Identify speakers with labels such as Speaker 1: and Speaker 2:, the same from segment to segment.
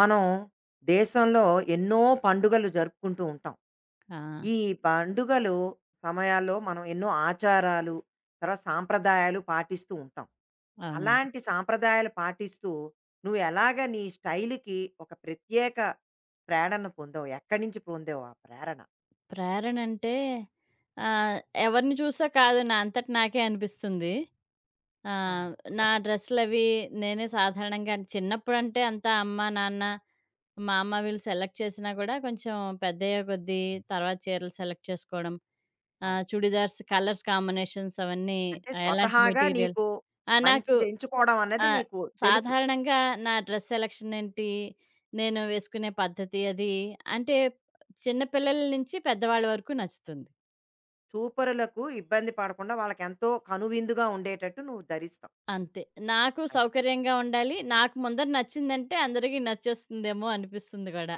Speaker 1: మనం దేశంలో ఎన్నో పండుగలు జరుపుకుంటూ ఉంటాం.
Speaker 2: ఆ!
Speaker 1: ఈ పండుగలు సమయాల్లో మనం ఎన్నో ఆచారాలు, తర్వాత సాంప్రదాయాలు పాటిస్తూ ఉంటాం.
Speaker 2: అవునండి.
Speaker 1: అలాంటి సాంప్రదాయాలు పాటిస్తూ నువ్వు ఎలాగ నీ స్టైల్‌కి ఒక ప్రత్యేక ప్రేరణ పొందావు? ఎక్కడి నుంచి పొందావు ఆ ప్రేరణ?
Speaker 2: ప్రేరణంటే ఆహ్, ఎవరిని చూసా కాదు నా అంతట నాకే అనిపిస్తుంది. ఆహ్,
Speaker 1: అవును.
Speaker 2: నా డ్రెస్సులవి నేనే సాధారణంగా చిన్నప్పుడంటే అంతా అమ్మ, నాన్న, మా అమ్మ వీళ్ళు సెలెక్ట్ చేసినా కూడా కొంచెం పెద్దయ్యే కొద్దీ తర్వాత చీరలు సెలెక్ట్ చేసుకోవడం,
Speaker 1: అవును.
Speaker 2: చుడిదార్స్ కలర్స్ కాంబినేషన్స్ అవన్నీ
Speaker 1: అంటే
Speaker 2: ఎలాంటి
Speaker 1: స్వతహాగా
Speaker 2: మెటీరియల్
Speaker 1: నీకు
Speaker 2: ఆ! నాకు
Speaker 1: మంచిది ఎంచుకోవడం అన్నది
Speaker 2: ఆహ్,
Speaker 1: నీకు తెలుసు.
Speaker 2: సాధారణంగా నా డ్రెస్ సెలక్షన్ ఏంటి, నేను వేసుకునే పద్ధతి అది అంటే చిన్న పిల్లల నుంచి పెద్దవాళ్ళ వరకు నచ్చుతుంది.
Speaker 1: చూపరులకు ఇబ్బంది పడకుండా వాళ్ళకెంతో కనువిందుగా ఉండేటట్టు నువ్వు ధరిస్తావు.
Speaker 2: అంతే. నాకు సౌకర్యంగా ఉండాలి. నాకు ముందర నచ్చిందంటే అందరికీ నచ్చేస్తుందేమో అనిపిస్తుంది గూడా.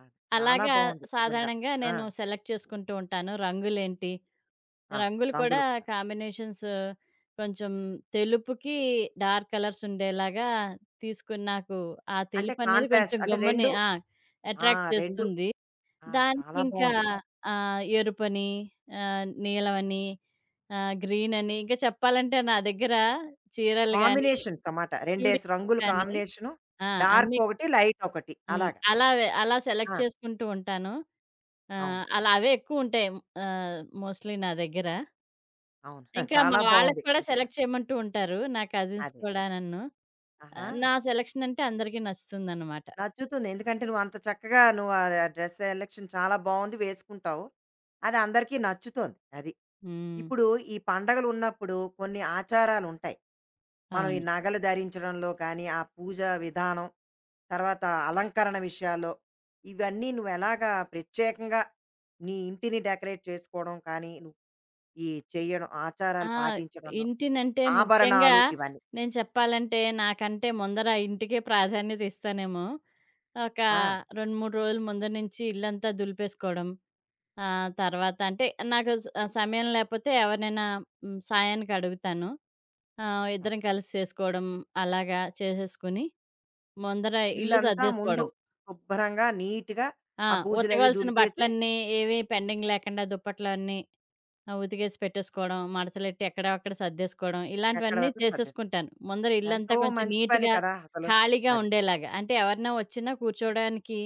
Speaker 1: ఆ! చాలా
Speaker 2: అలాగా
Speaker 1: బావుంది నిజంగా.
Speaker 2: సాధారణంగా
Speaker 1: ఆ!
Speaker 2: నేను సెలెక్ట్ చేసుకుంటూ ఉంటాను. రంగులేంటి,
Speaker 1: ఆ!
Speaker 2: రంగులు కూడా
Speaker 1: రంగులు కూడా.
Speaker 2: కాంబినేషన్స్ కొంచెం తెలుపుకి డార్క్ కలర్స్ ఉండేలాగా తీసుకుని నాకు ఆ
Speaker 1: అంటే
Speaker 2: తెలుపనేది కొంచెం
Speaker 1: కాంట్రాస్ట్ అంటే
Speaker 2: గమ్ముని
Speaker 1: 2. ఆ!
Speaker 2: అట్రాక్ట్
Speaker 1: 2.
Speaker 2: చేస్తుంది.
Speaker 1: ఆ!
Speaker 2: దానికి
Speaker 1: చాలా
Speaker 2: ఇంకా
Speaker 1: బావుంది.
Speaker 2: ఎరుపని, నీలమని ఆ! గ్రీనని ఇంకా చెప్పాలంటే నా దగ్గర చీరలు గాని,
Speaker 1: కాంబినేషన్స్ అన్నమాట. 2
Speaker 2: చూడీలు
Speaker 1: రంగులు
Speaker 2: కానీ
Speaker 1: కాంబినేషను,
Speaker 2: ఆ!
Speaker 1: డార్క్
Speaker 2: అన్నీ
Speaker 1: ఒకటి, లైట్ ఒకటి అలాగా.
Speaker 2: అలా అలా
Speaker 1: ఆ!
Speaker 2: సెలెక్ట్ చేసుకుంటూ ఉంటాను.
Speaker 1: అవును.
Speaker 2: అలా అవే ఎక్కువుంటాయి. మోస్ట్‌లీ నా దగ్గర.
Speaker 1: అవును.
Speaker 2: ఇంకా మా
Speaker 1: చాలా
Speaker 2: వాళ్ళకి
Speaker 1: బావుంది
Speaker 2: కూడా
Speaker 1: నిజంగా.
Speaker 2: సెలెక్ట్ చేయమంటూ ఉంటారు. నా కజిన్స్
Speaker 1: అదే.
Speaker 2: కూడా నన్ను.
Speaker 1: ఆహా!
Speaker 2: నా సెలక్షన్ అంటే అందరికీ నచ్చుతుందనమాట.
Speaker 1: నచ్చుతుంది. ఎందుకంటే నువ్వు అంత చక్కగా ఆ డ్రెస్ సెలక్షన్ చాలా బావుంది వేసుకుంటావు. అది అందరికీ నచ్చుతోంది. అది.
Speaker 2: హ్మ్.
Speaker 1: ఇప్పుడు ఈ పండగలున్నప్పుడు కొన్ని ఆచారాలుంటాయి. మనం ఈ
Speaker 2: అవును.
Speaker 1: నగలు ధరించడంలో కానీ, ఆ పూజ విధానం, తర్వాత అలంకరణ విషయాల్లో, ఇవన్నీ నువ్వెలాగా ప్రత్యేకంగా నీ ఇంటిని డెకరేట్ చేసుకోవడం కానీ, నువ్వు ఈ చేయడం
Speaker 2: ఆ!
Speaker 1: ఆచారాలు పాటించడంలో,
Speaker 2: ఇంటినంటే ముఖ్యంగా
Speaker 1: ఆభరణాలు ఇవన్నీ.
Speaker 2: నేను చెప్పాలంటే నాకంటే ముందర ఇంటికే ప్రాధాన్యత ఇస్తానేమో! ఒక
Speaker 1: ఆ!
Speaker 2: 2, 3 రోజుల ముందు నుంచి ఇల్లంతా దులిపేసుకోవడం. తర్వాత అంటే నాకు సమయం లేపోతే ఎవరినైనా సాయానికి అడుగుతాను.
Speaker 1: ఆ!
Speaker 2: ఇద్దరం కలిసి చేసుకోవడం అలాగా చేసేసుకొని, ముందర ఇల్లు
Speaker 1: ఇల్లంతా ముందు
Speaker 2: సర్దేసుకోవడం.
Speaker 1: శుభ్రంగా, నీట్‌గా
Speaker 2: ఆ!
Speaker 1: ఆ బూజులవి
Speaker 2: ఉతకవలసిన
Speaker 1: దులిపేసి
Speaker 2: బట్టలన్నీ ఏవి పెండింగ్ లేకుండా దుప్పట్లన్నీ ఆ! ఉతికేసి పెట్టేసుకోవడం, మడతలెట్టి ఎక్కడ అక్కడ సర్దేసుకోవడం, ఇలాంటివన్నీ
Speaker 1: ఎక్కడవక్కడ సర్దేస్తాం.
Speaker 2: చేసేసుకుంటాను. ముందర ఇల్లంతా
Speaker 1: ఎంతో
Speaker 2: కొంచెం
Speaker 1: మంచి పని
Speaker 2: నీట్‌గా,
Speaker 1: కదా అసలు.
Speaker 2: ఖాళీగా
Speaker 1: అది.
Speaker 2: ఉండేలాగా. అంటే ఎవరైనా వచ్చినా కూర్చోవడానికి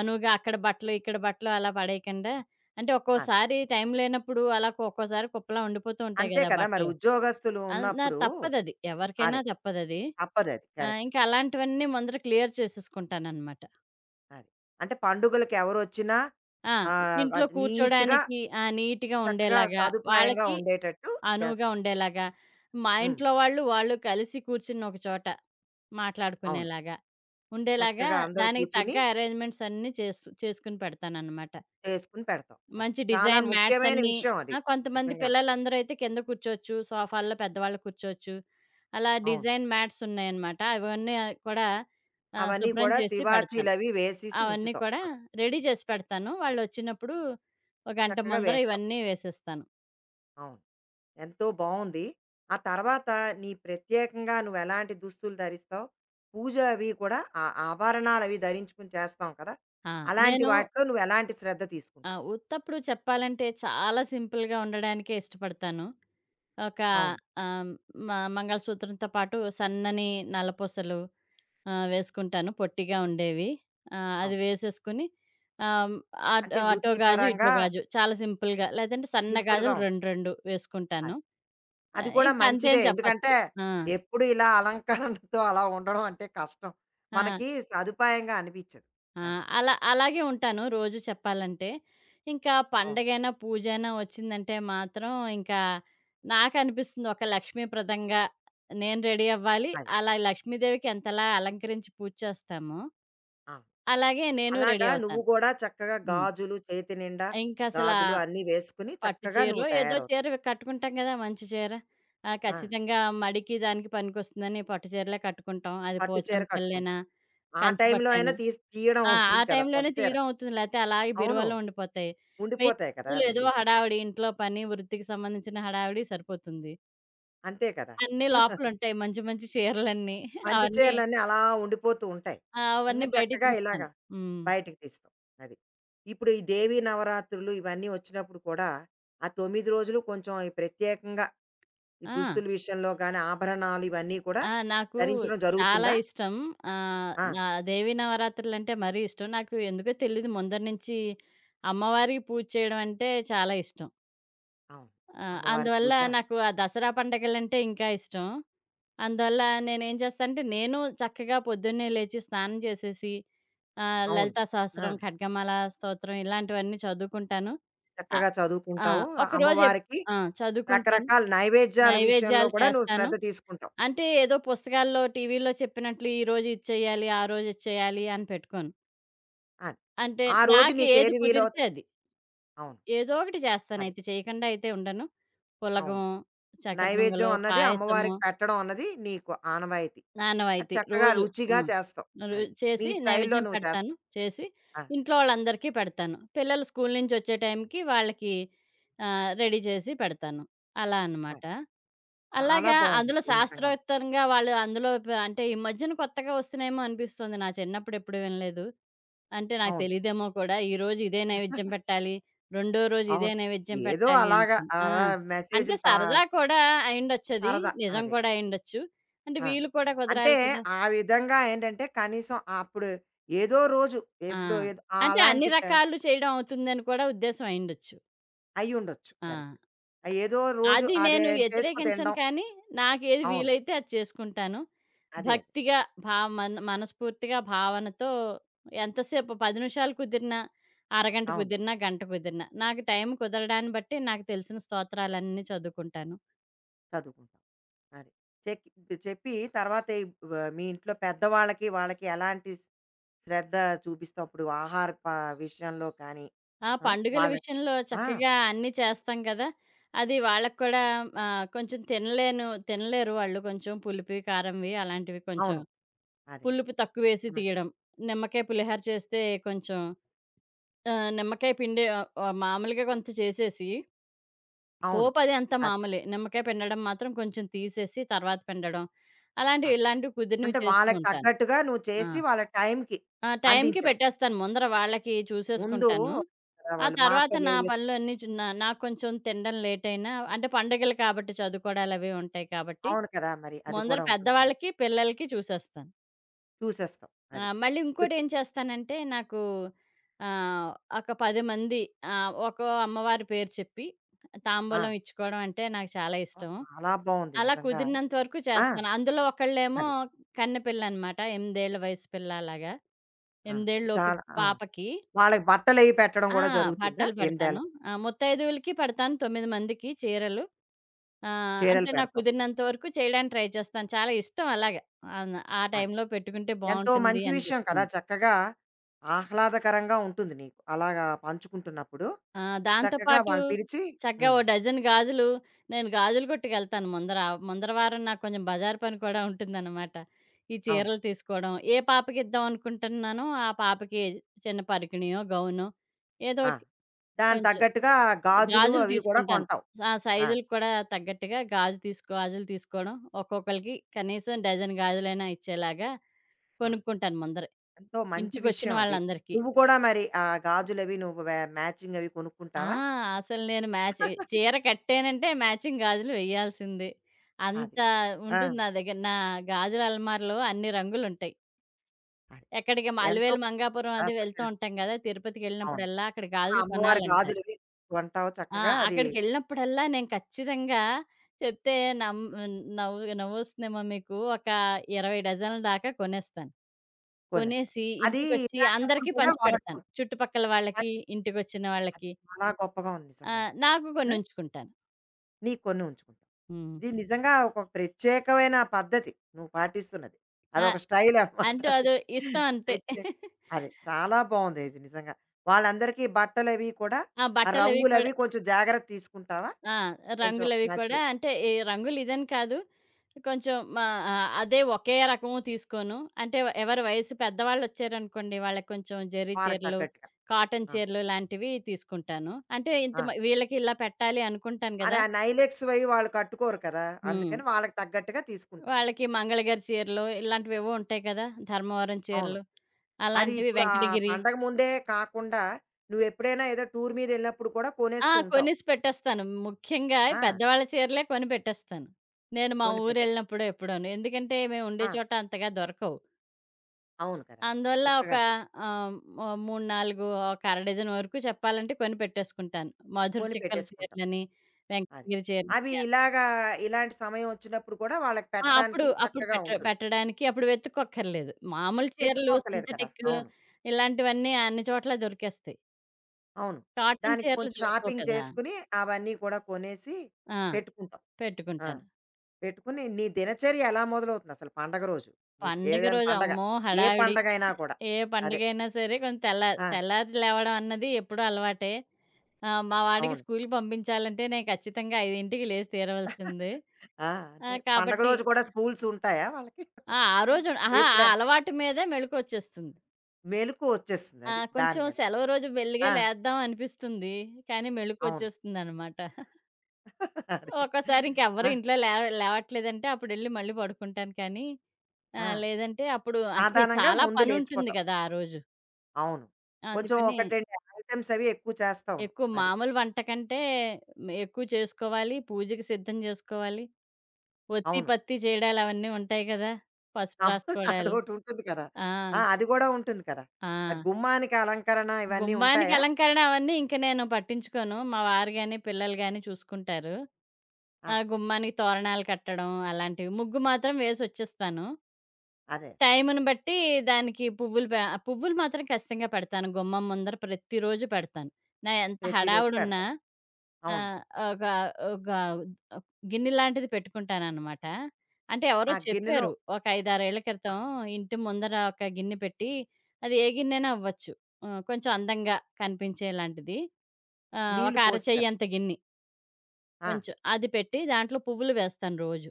Speaker 2: అనువుగా అక్కడ బట్టలు, ఇక్కడ బట్టలు అలా పడేయకుండా అంటే
Speaker 1: అది.
Speaker 2: ఒక్కోసారి టైం లేనప్పుడు అలా ఒక్కోసారి కుప్పలా ఉండిపోతూ ఉంటాయి
Speaker 1: అంతే
Speaker 2: గదా!
Speaker 1: కదా! మరి
Speaker 2: బట్టలు.
Speaker 1: ఉద్యోగస్తులు
Speaker 2: అది నా
Speaker 1: ఉన్నప్పుడు
Speaker 2: తప్పదది. ఎవరికైనా
Speaker 1: అది.
Speaker 2: తప్పదది.
Speaker 1: తప్పదది. కరెక్ట్.
Speaker 2: ఇంకా అలాంటివన్నీ ముందర క్లియర్ చేసేసుకుంటాననమాట.
Speaker 1: అది. అంటే పండుగలకి ఎవరొచ్చినా
Speaker 2: ఆ!
Speaker 1: ఆహ్,
Speaker 2: ఇంట్లో
Speaker 1: అది నీట్‌గా,
Speaker 2: కూర్చోడానికి ఆ! నీట్‌గా
Speaker 1: చక్కగా
Speaker 2: ఉండేలాగా
Speaker 1: సదుపాయంగా
Speaker 2: వాళ్ళకి
Speaker 1: ఉండేటట్టు
Speaker 2: అనువుగా
Speaker 1: చేస్తాం.
Speaker 2: ఉండేలాగా. మా
Speaker 1: హ్మ్.
Speaker 2: ఇంట్లో వాళ్ళు, వాళ్ళు కలిసి కూర్చుని ఒక చోట
Speaker 1: అవును.
Speaker 2: మాట్లాడుకునేలాగా, ఉండేలాగా
Speaker 1: చక్కగా అందరూ
Speaker 2: దానికి
Speaker 1: కూర్చుని
Speaker 2: తగ్గ అరేంజ్‌మెంట్స్ అన్నీ చేసుకొని పెడతాననమాట.
Speaker 1: చేసుకుని పెడతాం. అది.
Speaker 2: మంచి
Speaker 1: చాలా
Speaker 2: డిజైన్ మ్యాట్స్
Speaker 1: ముఖ్యమైన
Speaker 2: అన్నీ
Speaker 1: విషయం అది.
Speaker 2: ఆ! కొంతమంది
Speaker 1: నిజంగాను.
Speaker 2: పిల్లలందరూ అయితే కింద కూర్చోవచ్చు. సోఫాల్లో పెద్దవాళ్ళు కూర్చోవచ్చు. అలా
Speaker 1: అవును.
Speaker 2: డిజైన్ మ్యాట్స్ ఉన్నాయన్నమాట. అవన్నీ కూడా
Speaker 1: అవన్నీ
Speaker 2: శుభ్రం
Speaker 1: కూడా
Speaker 2: చేసి పెడతాను.
Speaker 1: తివాచీలవి వేసేసి
Speaker 2: అవన్నీ
Speaker 1: ఉంచుతాం
Speaker 2: కూడా
Speaker 1: అక్కడ.
Speaker 2: రెడీ చేసి పెడతాను. వాళ్ళొచ్చినప్పుడు ఒక గంట
Speaker 1: చక్కగా
Speaker 2: ముందర
Speaker 1: వేస్తాం.
Speaker 2: ఇవన్నీ వేసేస్తాను.
Speaker 1: అవును. ఎంతో బావుంది. ఆ తర్వాత నీ ప్రత్యేకంగా నువ్వెలాంటి దుస్తులు ధరిస్తావు? పూజ అవి కూడా ఆ ఆభరణాలవి ధరించుకుని చేస్తాం కదా!
Speaker 2: ఆ!
Speaker 1: అలాంటి
Speaker 2: నేను
Speaker 1: వాటిలో నువ్వెలాంటి శ్రద్ధ
Speaker 2: ఆ!
Speaker 1: తీసుకుంటావు?
Speaker 2: ఉత్తప్పుడు చెప్పాలంటే చాలా సింపుల్‌గా ఉండడానికే ఇష్టపడతాను. ఒక
Speaker 1: అవును.
Speaker 2: ఆహ్, మ మంగళసూత్రంతో పాటు సన్నని నల్లపూసలు వేసుకుంటాను పొట్టిగా ఉండేవి. అది
Speaker 1: అవును.
Speaker 2: వేసేసుకొని ఆహ్, అట్
Speaker 1: అంటే
Speaker 2: అటో గాజు,
Speaker 1: వృత్తిపరంగా
Speaker 2: ఇటో గాజు చాలా సింపుల్‌గా లేదంటే సన్న
Speaker 1: సింపుల్‌గా
Speaker 2: గాజులు
Speaker 1: ఉంటుంది.
Speaker 2: 2, 2 వేసుకుంటాను.
Speaker 1: అది. అది కూడా
Speaker 2: ఇంక అంతే
Speaker 1: మంచిదే.
Speaker 2: అని
Speaker 1: ఎందుకంటే
Speaker 2: చెప్పచ్చు. ఆ!
Speaker 1: ఎప్పుడు ఇలా అలంకరణతో అలా ఉండడం అంటే కష్టం.
Speaker 2: ఆ!
Speaker 1: మనకి సదుపాయంగా అనిపించదు.
Speaker 2: ఆ!
Speaker 1: అది.
Speaker 2: అలా అలాగే ఉంటాను రోజు చెప్పాలంటే. ఇంకా
Speaker 1: అవును.
Speaker 2: పండగైనా, పూజైనా వచ్చిందంటే మాత్రం ఇంకా నాకనిపిస్తుంది ఒక లక్ష్మీప్రదంగా నేను రెడీ అవ్వాలి.
Speaker 1: అది.
Speaker 2: అలా లక్ష్మీదేవికి ఎంతలా అలంకరించి పూజ చేస్తామో,
Speaker 1: ఆ!
Speaker 2: అలాగే నేను రెడీ
Speaker 1: అలాగా నువ్వు
Speaker 2: అవుతాను.
Speaker 1: కూడా చక్కగా
Speaker 2: హ్మ్.
Speaker 1: గాజులు చేతి నిండా
Speaker 2: ఇంకసలా
Speaker 1: గాజులు అన్నీ వేసుకుని
Speaker 2: పట్టు
Speaker 1: చక్కగా
Speaker 2: చీరో,
Speaker 1: నువ్వు
Speaker 2: ఏదో
Speaker 1: తయారవుతావు.
Speaker 2: చీర కట్టుకుంటాం గదా! మంచి చీర. ఆ!
Speaker 1: ఆ!
Speaker 2: ఖచ్చితంగా మడికి దానికి పనికొస్తుందని పట్టు చీరలే కట్టుకుంటాం. అది
Speaker 1: పట్టు
Speaker 2: పోచం
Speaker 1: చీర
Speaker 2: పల్లేనా,
Speaker 1: కట్టుకుంటావు. ఆ
Speaker 2: కంచి
Speaker 1: టైంలో అయినా
Speaker 2: పట్టేనా.
Speaker 1: తీయడం
Speaker 2: ఆ
Speaker 1: అవుతుంది కదా!
Speaker 2: టైంలోనే
Speaker 1: పట్టు చీర.
Speaker 2: తీయడం అవుతుంది. లేతే అలాగే
Speaker 1: అవును.
Speaker 2: బీరువాలో ఉండిపోతాయి. మిగతా
Speaker 1: ఉండిపోతాయి కదా!
Speaker 2: రోజులు ఏదో
Speaker 1: మళ్ళీ.
Speaker 2: హడావిడి ఇంట్లో పని, వృత్తికి సంబంధించిన హడావిడి సరిపోతుంది.
Speaker 1: అంతే కదా!
Speaker 2: అన్నీ లోపలుంటాయి మంచి మంచి చీరలన్నీ.
Speaker 1: మంచి
Speaker 2: అవన్నీ
Speaker 1: చీరలన్నీ అలా ఉండిపోతూ ఉంటాయి.
Speaker 2: ఆ! అవన్నీ
Speaker 1: అందుకని
Speaker 2: బయటికి
Speaker 1: చక్కగా
Speaker 2: తీస్తాను.
Speaker 1: ఇలాగా
Speaker 2: హ్మ్.
Speaker 1: బయటకి తీస్తాం. అది. ఇప్పుడు ఈ దేవీ నవరాత్రులు ఇవన్నీ వచ్చినప్పుడు కూడా ఆ 9 రోజులు కొంచెం ఈ ప్రత్యేకంగా ఈ
Speaker 2: ఆ!
Speaker 1: దుస్తుల విషయంలో గాని, ఆభరణాలు ఇవన్నీ కూడా
Speaker 2: ఆ! నాకు
Speaker 1: ధరించడం
Speaker 2: చాలా
Speaker 1: జరుగుతుందా?
Speaker 2: ఇష్టం.
Speaker 1: ఆ!
Speaker 2: నా దేవి నవరాత్రులంటే మరీ ఇష్టం. నాకు ఎందుకో తెలీదు ముందర నుంచి అమ్మవారికి పూజ చేయడం అంటే చాలా ఇష్టం.
Speaker 1: అవును. అమ్మవారి
Speaker 2: అందువల్ల
Speaker 1: పూజ.
Speaker 2: నాకు ఆ దసరా పండగలంటే ఇంకా ఇష్టం. అందువల్ల నేనేం చేస్తానంటే, నేను చక్కగా పొద్దున్నే లేచి స్నానం చేసేసి
Speaker 1: అవును.
Speaker 2: లలితా
Speaker 1: ఆ!
Speaker 2: సహస్రం, ఖడ్గమాల స్తోత్రం ఇలాంటివన్నీ చదువుకుంటాను. అ
Speaker 1: చక్కగా
Speaker 2: ఆ!
Speaker 1: చదువుకుంటావు. ఆ
Speaker 2: ఒకరోజు
Speaker 1: అమ్మవారికి
Speaker 2: ఆ! చదువుకుంటాను.
Speaker 1: రకరకాల నైవేద్యాల విషయంలో
Speaker 2: నైవేద్యాలు
Speaker 1: కూడా నువ్వు
Speaker 2: చేస్తాను.
Speaker 1: శ్రద్ధ తీసుకుంటావు.
Speaker 2: అంటే ఏదో పుస్తకాల్లో, టీవీలో చెప్పినట్లు ఈ రోజు ఇది చేయాలి, ఆ రోజు ఇది చేయాలి అని పెట్టుకోను.
Speaker 1: అది.
Speaker 2: అంటే
Speaker 1: ఆ రోజు
Speaker 2: నాకు ఏది
Speaker 1: నీకేది
Speaker 2: కుదిరితే
Speaker 1: వీలవుతు.
Speaker 2: అది.
Speaker 1: అవును.
Speaker 2: ఏదో ఒకటి
Speaker 1: అదే.
Speaker 2: చేస్తానయితే చేయకుండా అయితే ఉండను.
Speaker 1: అవును.
Speaker 2: పులగమో, చక్కెర
Speaker 1: నైవేద్యం
Speaker 2: పొంగలో,
Speaker 1: అన్నది
Speaker 2: పాయసమో,
Speaker 1: అమ్మవారికి పెట్టడం అన్నది నీకు ఆనవాయితీ. అది
Speaker 2: ఆనవాయితీ
Speaker 1: చక్కగా
Speaker 2: రోజు. ఆ!
Speaker 1: రుచిగా చేస్తావు. అది. నీ
Speaker 2: చేసి
Speaker 1: స్టైల్‌లో
Speaker 2: నైవేద్యం
Speaker 1: నువ్వు
Speaker 2: పెడతాను.
Speaker 1: చేస్తావు.
Speaker 2: చేసి
Speaker 1: ఆ!
Speaker 2: ఇంట్లో వాళ్ళందరికీ పెడతాను. పిల్లలు స్కూలు నుంచొచ్చే టైంకి వాళ్ళకి రెడీ చేసి పెడతాను. అలా
Speaker 1: ఆ!
Speaker 2: అన్నమాట.
Speaker 1: చాలా
Speaker 2: అలాగా
Speaker 1: బావుంది.
Speaker 2: అందులో
Speaker 1: నిజంగా.
Speaker 2: శాస్త్రోక్తంగా వాళ్ళు అందులో ప అంటే ఈ మధ్యన కొత్తగా వస్తున్నాయేమో అనిపిస్తుంది. నా చిన్నప్పుడెప్పుడు వినలేదు. అంటే నాకు
Speaker 1: అవును.
Speaker 2: తెలీదేమో కూడా. ఈరోజు ఇదే నైవేద్యం పెట్టాలి. రెండో రోజు ఇదే
Speaker 1: అవును.
Speaker 2: నైవేద్యం
Speaker 1: ఏదో
Speaker 2: పెట్టాలి
Speaker 1: అలాగా
Speaker 2: అనుకుని. ఆ!
Speaker 1: అలా
Speaker 2: అంటే
Speaker 1: మెసేజ్‌లు పా
Speaker 2: సరదా కూడా అయుండొచ్చది.
Speaker 1: సరదా.
Speaker 2: నిజం
Speaker 1: అదే.
Speaker 2: కూడా అయుండొచ్చు. అంటే
Speaker 1: ఆ!
Speaker 2: వీలు కూడా
Speaker 1: అంటే
Speaker 2: కుదరాలి కదా!
Speaker 1: ఆ విధంగా ఏంటంటే కనీసం అప్పుడు ఏదో రోజు
Speaker 2: ఆ!
Speaker 1: ఎప్పుడో ఏదో
Speaker 2: అంటే అన్ని
Speaker 1: అలాంటి క
Speaker 2: రకాలు చేయడం అవుతుందని కూడా ఉద్దేశ్యం అయుండొచ్చు.
Speaker 1: అయ్యుండొచ్చు.
Speaker 2: ఆ!
Speaker 1: కరెక్ట్. ఏదో రోజు
Speaker 2: అది
Speaker 1: అదే
Speaker 2: నేను
Speaker 1: చేసుకు
Speaker 2: వ్యతిరేకించను
Speaker 1: తినడం.
Speaker 2: కానీ, నాకేది
Speaker 1: అవును.
Speaker 2: వీలైతే అది చేసుకుంటాను.
Speaker 1: అదే. అదే.
Speaker 2: భక్తిగా మన మనస్ఫూర్తిగా, భావనతో ఎంతసేపు 10 నిమిషాలు కుదిరినా, అరగంట
Speaker 1: అవును.
Speaker 2: కుదిరినా, గంట కుదిరినా, నాకు టైం కుదరడాన్ని బట్టి నాకు తెలిసిన స్తోత్రాలన్నీ చదువుకుంటాను.
Speaker 1: చదువుకుంటాం. అది. చెక్ చెప్పి తర్వాత ఈ ఆహ్, మీ ఇంట్లో పెద్దవాళ్ళకి, వాళ్ళకి ఎలాంటి స్ శ్రద్ధ చూపిస్తావు? ఇప్పుడు ఆహార ప విషయంలో కానీ,
Speaker 2: ఆ!
Speaker 1: ఆ!
Speaker 2: పండుగల
Speaker 1: వాళ్ళకి
Speaker 2: విషయంలో
Speaker 1: ఆ!
Speaker 2: చక్కగా అన్నీ చేస్తాం కదా! అది వాళ్ళకి కూడా కొంచెం తినలేరు వాళ్ళు కొంచెం పులిపివి, కారంవి అలాంటివి కొంచెం
Speaker 1: అవును. అదే.
Speaker 2: పులుపు తక్కువేసి
Speaker 1: ఆ!
Speaker 2: తీయడం. నిమ్మకాయ పులిహార చేస్తే కొంచెం ఆ! నిమ్మకాయ పిండి ఆహ్, ఆహ్, మామూలుగా కొంత చేసేసి,
Speaker 1: అవును.
Speaker 2: పోపది అంతా
Speaker 1: అది.
Speaker 2: మామూలే. నిమ్మకాయ పిండడం మాత్రం కొంచెం తీసేసి తర్వాత పిండడం. అలాంటివి,
Speaker 1: అది.
Speaker 2: ఇలాంటివి కుదిరినవి
Speaker 1: అంటే
Speaker 2: చేస్తూ
Speaker 1: వాళ్ళకి
Speaker 2: ఉంటాను.
Speaker 1: తగ్గట్టుగా నువ్వు
Speaker 2: ఆ!
Speaker 1: చేసి వాళ్ళ టైంకి
Speaker 2: ఆ! టైంకి
Speaker 1: అందించడం.
Speaker 2: పెట్టేస్తాను ముందర వాళ్ళకి
Speaker 1: ముందు
Speaker 2: చూసేసుకుంటాను.
Speaker 1: కదా!
Speaker 2: ఆ
Speaker 1: వాళ్ళు
Speaker 2: తర్వాత నా
Speaker 1: మాత్రలేవేసుకో.
Speaker 2: పనులు అన్నీ నా నాకు కొంచెం తినడం లేట్ అయినా అంటే పండుగలు కాబట్టి చదువుకోవడాలవి ఉంటాయి కాబట్టి,
Speaker 1: అవును కదా! మరి అది
Speaker 2: ముందర
Speaker 1: కూడా ఉంటుంది కదా!
Speaker 2: పెద్దవాళ్ళకి, పిల్లలకి చూసేస్తాను.
Speaker 1: చూసేస్తావు.
Speaker 2: ఆ!
Speaker 1: అది.
Speaker 2: మళ్ళీ
Speaker 1: ఇప్పుడు
Speaker 2: ఇంకోటేం చేస్తానంటే నాకు ఆహ్, ఒక 10 మంది ఒక్కో అమ్మవారి పేరు చెప్పి
Speaker 1: ఆ!
Speaker 2: తాంబూలం ఇచ్చుకోవడం అంటే నాకు చాలా
Speaker 1: ఆ,
Speaker 2: ఇష్టం.
Speaker 1: చాలా బావుంది
Speaker 2: అలా
Speaker 1: నిజంగా.
Speaker 2: కుదిరినంత వరకు
Speaker 1: ఆ!
Speaker 2: చేస్తాను. అందులో ఒకళ్ళేమో
Speaker 1: అది.
Speaker 2: కన్నెపిల్లనమాట. 8 ఏళ్ల వయసు పిల్ల అలాగా.
Speaker 1: ఆ!
Speaker 2: 8 ఏళ్ల లోపు
Speaker 1: చాలా ఆ!
Speaker 2: పాపకి
Speaker 1: వాళ్ళకి బట్టలయి పెట్టడం
Speaker 2: ఆ!
Speaker 1: గూడా జరుగుతుందా?
Speaker 2: బట్టలు
Speaker 1: 8 ఏళ్ళ
Speaker 2: పెడతాను. ఆ! ముత్తైదువులకి పెడతాను 9 మందికి చీరలు.
Speaker 1: చీరలు
Speaker 2: అంటే నాకు
Speaker 1: పెడతాం.
Speaker 2: కుదిరినంత వరకు చేయడానికి ట్రై చేస్తాను. చాలా ఇష్టం అలాగా. అవును. ఆ
Speaker 1: అది.
Speaker 2: టైంలో పెట్టుకుంటే
Speaker 1: ఎంతో
Speaker 2: బావుంటుంది
Speaker 1: మంచి విషయం కదా!
Speaker 2: అనిపిస్తుంది.
Speaker 1: చక్కగా ఆహ్లాదకరంగా ఉంటుంది నీకు. అలాగా పంచుకుంటున్నప్పుడు
Speaker 2: ఆ! దాంతో
Speaker 1: చక్కగా
Speaker 2: పాటు
Speaker 1: వాళ్ళని పిలిచి
Speaker 2: చక్కగా
Speaker 1: హ్మ్.
Speaker 2: ఓ డజన్ గాజులు నేను గాజులు కొట్టుకెళ్తాను ముందర. ముందర వారం నాకు కొంచెం బజారు పని కూడా ఉంటుందనమాట. ఈ
Speaker 1: అవును.
Speaker 2: చీరలు తీసుకోవడం, ఏ పాపకిద్దాం అనుకుంటున్నానో ఆ పాపకి చిన్న పరికిణియో, గౌనో
Speaker 1: ఆ!
Speaker 2: ఏదోటి
Speaker 1: దానికి
Speaker 2: కొంచెం
Speaker 1: తగ్గట్టుగా గాజులు
Speaker 2: గాజులు
Speaker 1: అవి కూడా
Speaker 2: తీసుకుంటాను.
Speaker 1: కొంటావు.
Speaker 2: ఆ
Speaker 1: ఆ!
Speaker 2: సైజులకు కూడా తగ్గట్టుగా గాజులు తీసుకోవడం. ఒక్కొక్కళ్ళకి కనీసం డజన్ గాజులైనా ఇచ్చేలాగా
Speaker 1: ఆ!
Speaker 2: కొనుక్కుంటాను ముందరే.
Speaker 1: ఎంతో మంచి
Speaker 2: ఇంటికొచ్చిన
Speaker 1: విషయం అది.
Speaker 2: వాళ్ళందరికీ.
Speaker 1: నువ్వు కూడా మరి ఆ గాజులవి నువ్వు వే మ్యాచింగ్ అవి
Speaker 2: ఆ!
Speaker 1: కొనుక్కుంటావా?
Speaker 2: అసలు నేను చీర కట్టానంటే మ్యాచింగ్ గాజులు వేయాల్సిందే.
Speaker 1: అది.
Speaker 2: అంత
Speaker 1: ఆ!
Speaker 2: ఉంటుంది నా దగ్గర. నా గాజుల అల్మారలో అన్ని రంగులుంటాయి.
Speaker 1: అది.
Speaker 2: ఎక్కడికి
Speaker 1: ఎంతో
Speaker 2: అలివేలు మంగాపురం
Speaker 1: కదా!
Speaker 2: అది వెళ్తూ
Speaker 1: చక్కగా
Speaker 2: ఉంటాం గదా!
Speaker 1: అవును.
Speaker 2: తిరుపతికెళ్ళినప్పుడల్లా అక్కడ
Speaker 1: మన
Speaker 2: గాజులు
Speaker 1: అమ్మవారి
Speaker 2: కొనాలంటారు.
Speaker 1: గాజులవి కొంటావు
Speaker 2: ఆ!
Speaker 1: చక్కగా అది
Speaker 2: అక్కడికెళ్ళినప్పుడల్లా నేను ఖచ్చితంగా చెప్తే నమ్ నవ్వు నవ్వొస్తుందేమో మీకు ఒక 20 డజన్ల దాకా కొనేస్తాను.
Speaker 1: వదిలేస్తాం.
Speaker 2: కొనేసి
Speaker 1: అది
Speaker 2: ఇంటికొచ్చి
Speaker 1: ఇలాంటప్పుడు
Speaker 2: అందరికీ
Speaker 1: కూడా
Speaker 2: పంచిపెడతాను.
Speaker 1: వాడుకుంటాం.
Speaker 2: చుట్టుపక్కల వాళ్ళకి,
Speaker 1: అది
Speaker 2: ఇంటికొచ్చిన
Speaker 1: అది
Speaker 2: వాళ్ళకి.
Speaker 1: చాలా గొప్పగా ఉంది నిజంగాను.
Speaker 2: నాకు
Speaker 1: ఆ!
Speaker 2: కొన్నుంచుకుంటాను.
Speaker 1: నీకు కొన్ని ఉంచుకుంటాం.
Speaker 2: హ్మ్.
Speaker 1: ఇది నిజంగా ఒక ప్రత్యేకమైన పద్ధతి నువ్వు పాటిస్తున్నది.
Speaker 2: ఆ!
Speaker 1: అదొక స్టైల్ అనమాట.
Speaker 2: అంటూ అదో ఇష్టం అంతే.
Speaker 1: ప్రత్యేక అదే. చాలా బావుంది ఇది నిజంగా. వాళ్ళందరికీ బట్టలవి కూడా
Speaker 2: ఆ!
Speaker 1: ఆ
Speaker 2: బట్టలవి
Speaker 1: రంగులవి
Speaker 2: కూడా
Speaker 1: కొంచెం జాగ్రత్త తీసుకుంటావా?
Speaker 2: ఆ!
Speaker 1: కొంచెం
Speaker 2: రంగులవి కూడా
Speaker 1: నచ్చేవి
Speaker 2: అంటే ఈ రంగులిదని కాదు. కొంచెం అదే ఒకే రకము తీసుకోను. అంటే ఎవరి వయసు పెద్దవాళ్ళొచ్చారనుకోండి, వాళ్ళకి కొంచెం జెర్రీ
Speaker 1: వాళ్ళకి
Speaker 2: చీరలు,
Speaker 1: తగ్గట్టుగా.
Speaker 2: కాటన్
Speaker 1: ఆ!
Speaker 2: చీరలు లాంటివి తీసుకుంటాను. అంటే ఇంత
Speaker 1: ఆ!
Speaker 2: మ వీళ్ళకి ఇలా పెట్టాలి అనుకుంటాను
Speaker 1: అరే
Speaker 2: గదా!
Speaker 1: ఆ నైలెక్స్‌వవి వాళ్ళు కట్టుకోరు కదా!
Speaker 2: హ్మ్.
Speaker 1: అందుకని వాళ్ళకి తగ్గట్టుగా తీసుకుంటావు.
Speaker 2: వాళ్ళకి మంగళగిరి చీరలు ఇలాంటివేవో ఉంటాయి కదా! ధర్మవరం
Speaker 1: అవును.
Speaker 2: చీరలు
Speaker 1: అది
Speaker 2: అలాంటివి
Speaker 1: ఇప్పుడు ఆ
Speaker 2: వెంకటగిరి
Speaker 1: పండగ ముందే కాకుండా నువ్వెప్పుడైనా ఏదో టూర్ మీద ఎళ్ళినప్పుడు కూడా
Speaker 2: ఆ!
Speaker 1: కొనేస్తూ ఉంటావు.
Speaker 2: కొనేసి పెట్టేస్తాను. ముఖ్యంగా
Speaker 1: ఆ!
Speaker 2: పెద్దవాళ్ళ చీరలే కొని పెట్టేస్తాను. నేను మా
Speaker 1: కొని పెట్టేస్తావు.
Speaker 2: ఊరెళ్ళినప్పుడో, ఎప్పుడోను. ఎందుకంటే
Speaker 1: ఆ!
Speaker 2: మేముండే చోట అంతగా దొరకవు.
Speaker 1: అవును కదా!
Speaker 2: అందువల్ల ఒక
Speaker 1: చక్కగా
Speaker 2: ఆహ్, ఓ 3, 4 ఒక అర డజన్ వరకు చెప్పాలంటే కొని పెట్టేసుకుంటాను. మధుర
Speaker 1: కొని
Speaker 2: చిక్కల
Speaker 1: పెట్టేసుకుంటాం.
Speaker 2: చీరలని,
Speaker 1: అది.
Speaker 2: వెంకటగిరి
Speaker 1: అవి
Speaker 2: చీరలని అలా.
Speaker 1: ఇలాగా ఇలాంటి సమయం వచ్చినప్పుడు కూడా వాళ్ళకి
Speaker 2: ఆ! అప్పుడు
Speaker 1: పెట్టడానికి
Speaker 2: అప్పుడు
Speaker 1: చక్కగా ఉంటుంది.
Speaker 2: పెట్టడానికి అప్పుడు వెతుక్కోక్కర్లేదు. మామూలు చీరలు
Speaker 1: వెతుక్కోక్కలేదు కదా!
Speaker 2: సింథటిక్
Speaker 1: అవును.
Speaker 2: ఇలాంటివన్నీ అన్ని చోట్ల దొరికేస్తాయి.
Speaker 1: అవును.
Speaker 2: కాటన్
Speaker 1: దానికి
Speaker 2: చీరలు
Speaker 1: కొంచెం
Speaker 2: దొరకవు
Speaker 1: షాపింగ్
Speaker 2: కదా!
Speaker 1: చేసుకుని అవన్నీ కూడా కొనేసి
Speaker 2: ఆ!
Speaker 1: పెట్టుకుంటాం. ఆ!
Speaker 2: పెట్టుకుంటాను.
Speaker 1: పెట్టుకుని నీ దినచర్య ఎలా మొదలవుతుంది అసలు పండగ రోజు? నీకు
Speaker 2: పండగ
Speaker 1: ఏదైనా
Speaker 2: రోజు
Speaker 1: పండగ.
Speaker 2: అమ్మో!
Speaker 1: ఏ
Speaker 2: హడావిడి.
Speaker 1: పండగైనా కూడా.
Speaker 2: ఏ
Speaker 1: అదే.
Speaker 2: పండుగైనా సరే కొంచెం తెల్లా
Speaker 1: ఆ!
Speaker 2: తెల్లారి లేవడం అన్నది ఎప్పుడూ అలవాటే. మా వాడికి
Speaker 1: అవును.
Speaker 2: స్కూల్‌కి పంపించాలంటే నేను ఖచ్చితంగా 5కి లేసి తీరవలసిందే.
Speaker 1: ఆ! అంటే పండగ
Speaker 2: కాబట్టి
Speaker 1: రోజు కూడా స్కూల్స్ ఉంటాయా వాళ్ళకి?
Speaker 2: ఆ! ఆ రోజు అహా! ఆ
Speaker 1: ఎప్పుడైనా
Speaker 2: అలవాటు మీదే మెలుకువొచ్చేస్తుంది.
Speaker 1: మెలుకువ వచ్చేస్తుంది
Speaker 2: ఆ!
Speaker 1: అది దాని
Speaker 2: కొంచెం
Speaker 1: మీదట.
Speaker 2: సెలవు రోజు మెల్లిగా
Speaker 1: ఆ!
Speaker 2: లేద్దాం అనిపిస్తుంది. కానీ
Speaker 1: అవును.
Speaker 2: మెలుకువొచ్చేస్తుందనమాట.
Speaker 1: అదే.
Speaker 2: ఒక్కోసారి ఇంకెవ్వరు
Speaker 1: ఆ!
Speaker 2: ఇంట్లో లేవట్లేదంటే అప్పుడెళ్ళి మళ్ళీ పడుకుంటాను కానీ
Speaker 1: ఆ!
Speaker 2: లేదంటే అప్పుడు అంటే
Speaker 1: సాధారణంగా
Speaker 2: చాలా
Speaker 1: ముందు
Speaker 2: పనుంటుంది
Speaker 1: లేచిపోతావు.
Speaker 2: కదా! ఆ రోజు.
Speaker 1: అవును. కొంచెం
Speaker 2: అందుకని
Speaker 1: 1, 2 ఐటెమ్స్ అవి ఎక్కువ చేస్తావు నువ్వు.
Speaker 2: ఎక్కువ
Speaker 1: అది.
Speaker 2: మామూలు వంట కంటే ఎక్కువ చేసుకోవాలి. పూజకి సిద్ధం జేసుకోవాలి. ఒత్తి,
Speaker 1: అవును.
Speaker 2: పత్తి చేయడాలు అవన్నీ ఉంటాయి గదా! పసుపు
Speaker 1: అవును.
Speaker 2: రాసుకోడాలు.
Speaker 1: అదొకటి ఉంటుంది కదా!
Speaker 2: ఆ!
Speaker 1: ఆ! అది కూడా ఉంటుంది కదా!
Speaker 2: ఆ!
Speaker 1: ఆ గుమ్మానికి అలంకరణ ఇవన్నీ
Speaker 2: గుమ్మానికి
Speaker 1: ఉంటాయా?
Speaker 2: అలంకరణ అవన్నీ ఇంక నేను పట్టించుకోను. మా వారు గాని, పిల్లలు గాని చూసుకుంటారు.
Speaker 1: ఆ!
Speaker 2: ఆ! గుమ్మానికి తోరణాలు కట్టడం అలాంటివి. ముగ్గు మాత్రం వేసొచ్చేస్తాను.
Speaker 1: అదే.
Speaker 2: టైముని బట్టి దానికి పువ్వులు పె ఆ పువ్వులు మాత్రం ఖచ్చితంగా పెడతాను. గుమ్మం ముందర ప్రతిరోజు పెడతాను. నా ఎంత
Speaker 1: ప్రతిరోజు
Speaker 2: హడావుడున్నా
Speaker 1: పెడతావు.
Speaker 2: ఆ!
Speaker 1: అవును.
Speaker 2: ఒక ఒక గిన్నె లాంటిది పెట్టుకుంటాననమాట. అంటే ఎవరో
Speaker 1: ఆ గిన్నెలో
Speaker 2: చెప్పారు. ఒక 5, 6 ఏళ్ల క్రితం
Speaker 1: ఆహా!
Speaker 2: ఇంటి ముందర ఒక గిన్నె పెట్టి అది ఏ గిన్నెైనా అవ్వచ్చు. కొంచెం అందంగా కనిపించేలాంటిది. ఒక
Speaker 1: నీళ్లు పోసి పెడతావు.
Speaker 2: అరచెయ్యంత గిన్ని
Speaker 1: ఆ!
Speaker 2: కొంచెం. అది పెట్టి దాంట్లో పువ్వులు వేస్తాను రోజు.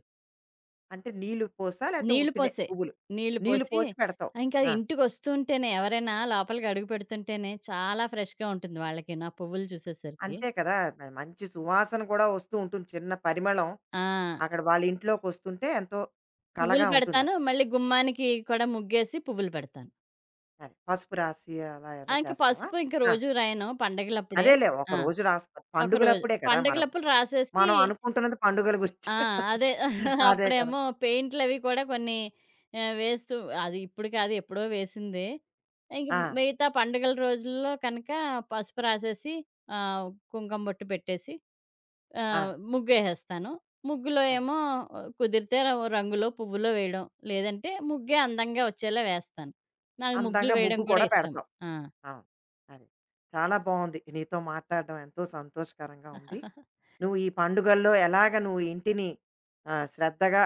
Speaker 1: అంటే నీళ్ళు పోసా? లేతే
Speaker 2: నీళ్లు
Speaker 1: ఉట్టినే
Speaker 2: పోసే.
Speaker 1: పువ్వులు?
Speaker 2: నీళ్లు
Speaker 1: నీళ్ళు
Speaker 2: పోసి
Speaker 1: పోసి పెడతావు.
Speaker 2: ఇంకా
Speaker 1: ఆ!
Speaker 2: ఇంటికొస్తుంటేనే ఎవరైనా లోపలికి అడుగు పెడుతుంటేనే చాలా ఫ్రెష్‌గా ఉంటుంది వాళ్ళకి నా పువ్వులు చూసేసరికి.
Speaker 1: అంతే కదా! మంచి సువాసన కూడా వస్తూ ఉంటుంది. చిన్న పరిమళం
Speaker 2: ఆ!
Speaker 1: అక్కడ వాళ్ళ ఇంట్లోకొస్తుంటే ఎంతో
Speaker 2: పువ్వులు
Speaker 1: కళగా
Speaker 2: పెడతాను.
Speaker 1: ఉంటుందక్కడ.
Speaker 2: మళ్ళీ గుమ్మానికి కూడా ముగ్గేసి పువ్వులు పెడతాను.
Speaker 1: అది. పసుపు రాసి అలా
Speaker 2: ఆ!
Speaker 1: ఏదో చేస్తావా?
Speaker 2: పసుపు ఇంక
Speaker 1: ఆ!
Speaker 2: రోజు రాయను పండగలప్పుడే.
Speaker 1: అదేలే
Speaker 2: ఆ!
Speaker 1: ఒకరోజు రాస్తా.
Speaker 2: ఒకరోజు.
Speaker 1: పండుగలప్పుడే కదా! మనం
Speaker 2: పండగలప్పుడు రాసేసి
Speaker 1: మనం అనుకుంటున్నది పండుగల గురించి.
Speaker 2: ఆ! అదే
Speaker 1: అదే కదా!
Speaker 2: అప్పుడేమో పెయింట్‌లవి కూడా కొన్ని వేస్తూ అది ఇప్పుడు కాదు ఎప్పుడో వేసిందే. ఇంక
Speaker 1: ఆ!
Speaker 2: మిగతా పండుగల రోజుల్లో కనుక పసుపు రాసేసి ఆహ్, కుంకుమ బొట్టు పెట్టేసి
Speaker 1: ఆ!
Speaker 2: ముగ్గేసేస్తాను. ముగ్గులో
Speaker 1: అదే.
Speaker 2: ఏమో ఆ, కుదిరితే రంగులో, పువ్వులో వేయడం. లేదంటే ముగ్గే అందంగా వచ్చేలా వేస్తాను. నాకు ముగ్గులు
Speaker 1: అందంగా
Speaker 2: వేయడం
Speaker 1: ముగ్గు
Speaker 2: కూడా
Speaker 1: కూడా
Speaker 2: ఇష్టం.
Speaker 1: పెడతావు.
Speaker 2: ఆ!
Speaker 1: అవును. అది. చాలా బావుంది. నీతో మాట్లాడడం ఎంతో సంతోషకరంగా ఉంది. నువ్వు ఈ పండుగల్లో ఎలాగ ఇంటిని ఆహ్, శ్రద్ధగా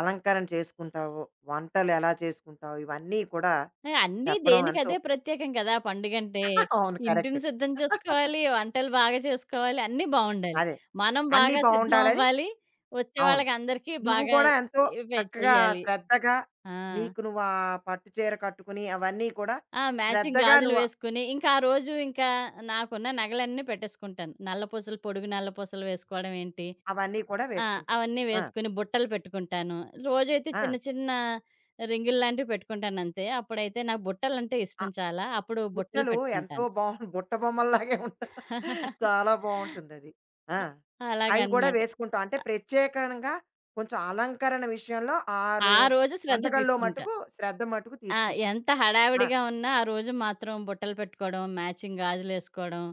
Speaker 1: అలంకరణ చేసుకుంటావో, వంటలు ఎలా చేసుకుంటావు, ఇవన్నీ కూడా
Speaker 2: ఏ, అన్నీ
Speaker 1: చెప్పడం ఎంతో
Speaker 2: దేనికదే ప్రత్యేకం కదా! పండుగంటే.
Speaker 1: అవును. కరెక్ట్.
Speaker 2: ఇంటిని సిద్ధం చేసుకోవాలి, వంటలు బాగా చేసుకోవాలి, అన్నీ బావుండాలి.
Speaker 1: అదే.
Speaker 2: మనం
Speaker 1: అన్నీ
Speaker 2: బాగా సిద్ధం
Speaker 1: బావుండాలని
Speaker 2: అవ్వాలి,
Speaker 1: అవును.
Speaker 2: వచ్చేవాళ్ళకి అందరికీ
Speaker 1: నువ్వు
Speaker 2: బాగా
Speaker 1: కూడా ఎంతో
Speaker 2: ఇవే
Speaker 1: చక్కగా
Speaker 2: చెయ్యాలి.
Speaker 1: శ్రద్ధగా
Speaker 2: ఆ!
Speaker 1: నీకు నువ్వు ఆ పట్టు చీర కట్టుకుని అవన్నీ కూడా
Speaker 2: ఆ! మ్యాచింగ్
Speaker 1: శ్రద్ధగా
Speaker 2: గాజులు
Speaker 1: నువ్వు
Speaker 2: వేసుకొని, ఇంకా ఆ రోజు ఇంకా నాకున్న నగలన్నీ పెట్టేసుకుంటాను. నల్ల పూసలు, పొడుగు నల్ల పూసలు వేసుకోవడం ఏంటి,
Speaker 1: అవన్నీ కూడా
Speaker 2: ఆ!
Speaker 1: వేసుకుంటావు.
Speaker 2: అవన్నీ
Speaker 1: ఆ!
Speaker 2: వేసుకొని బుట్టలు పెట్టుకుంటాను. రోజైతే చిన్న చిన్న రింగులు లాంటివి పెట్టుకుంటానంతే. అప్పుడైతే నాకు బుట్టలంటే
Speaker 1: ఆ!
Speaker 2: ఇష్టం చాలా. అప్పుడు బుట్టలు
Speaker 1: బుట్టలు ఎంతో
Speaker 2: పెట్టుకుంటాను.
Speaker 1: బాగుంటుంది. బుట్ట బొమ్మల్లాగే ఉంటుంది. చాలా బావుంటుందది. ఆ!
Speaker 2: అ
Speaker 1: అవి కూడా
Speaker 2: అలాగనమాట.
Speaker 1: వేసుకుంటాం. అంటే ప్రత్యేకంగా కొంచెం అలంకరణ విషయంలో ఆ రె
Speaker 2: ఆ రోజు శ్రద్ధ
Speaker 1: పండగల్లో మట్టుకు
Speaker 2: తీసుకుంటాను.
Speaker 1: శ్రద్ధ మట్టుకు
Speaker 2: ఆ!
Speaker 1: తీసుకుంటాం.
Speaker 2: ఎంత
Speaker 1: ఆ!
Speaker 2: హడావిడిగా ఉన్నా, ఆ రోజు మాత్రం బుట్టలు పెట్టుకోవడం, మ్యాచింగ్ గాజులేసుకోవడం.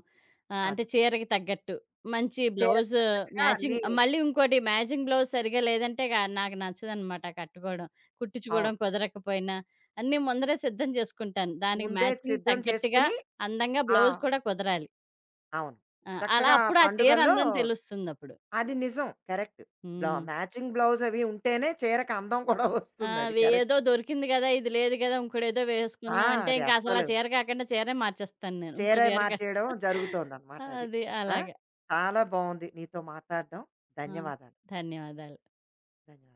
Speaker 2: అంటే
Speaker 1: అది.
Speaker 2: చీరకి తగ్గట్టు. మంచి
Speaker 1: చీరకు
Speaker 2: బ్లౌజ్
Speaker 1: తగ్గట్టుగా
Speaker 2: మ్యాచింగ్
Speaker 1: అన్నీ
Speaker 2: మళ్ళీ ఇంకోటి మ్యాచింగ్ బ్లౌజ్ సరిగ్గా లేదంటే గా నాకు నచ్చదనమాట కట్టుకోవడం.
Speaker 1: అవును.
Speaker 2: కుట్టించుకోవడం కుదరకపోయినా, అన్నీ ముందరే సిద్ధం చేసుకుంటాను. దానికి
Speaker 1: ముందే
Speaker 2: మ్యాచింగ్
Speaker 1: సిద్ధం
Speaker 2: తగ్గట్టుగా
Speaker 1: చేసుకుని
Speaker 2: అందంగా
Speaker 1: ఆ!
Speaker 2: బ్లౌజ్ కూడా కుదరాలి.
Speaker 1: అవును.
Speaker 2: ఆ! అలా
Speaker 1: చక్కగా ఆ
Speaker 2: అప్పుడు ఆ చీర
Speaker 1: పండుగల్లో
Speaker 2: అందం తెలుస్తుందప్పుడు.
Speaker 1: అది నిజం. కరెక్ట్. బ్లౌ
Speaker 2: హ్మ్.
Speaker 1: మ్యాచింగ్ బ్లౌజ్ అవి ఉంటేనే చీరకు అందం కూడా
Speaker 2: ఆ!
Speaker 1: వస్తుందది. కరెక్ట్.
Speaker 2: ఏదో దొరికింది గదా! ఇది లేదు గదా! ఇంకోటేదో
Speaker 1: ఆ!
Speaker 2: వేసుకుందాం అంటే
Speaker 1: అది
Speaker 2: ఇంక అసలా
Speaker 1: అస్సలు
Speaker 2: చీర కాకుండా చీరే మార్చేస్తాను నేను. ఇంకో
Speaker 1: చీరే
Speaker 2: చీరక
Speaker 1: మార్చేయడం జరుగుతోందనమాట అది.
Speaker 2: అది
Speaker 1: ఆ!
Speaker 2: అలాగా.
Speaker 1: చాలా బావుంది నీతో మాట్లాడడం.
Speaker 2: ఆ!
Speaker 1: ధన్యవాదాలు.
Speaker 2: ధన్యవాదాలు.
Speaker 1: ధన్యవాదాలు.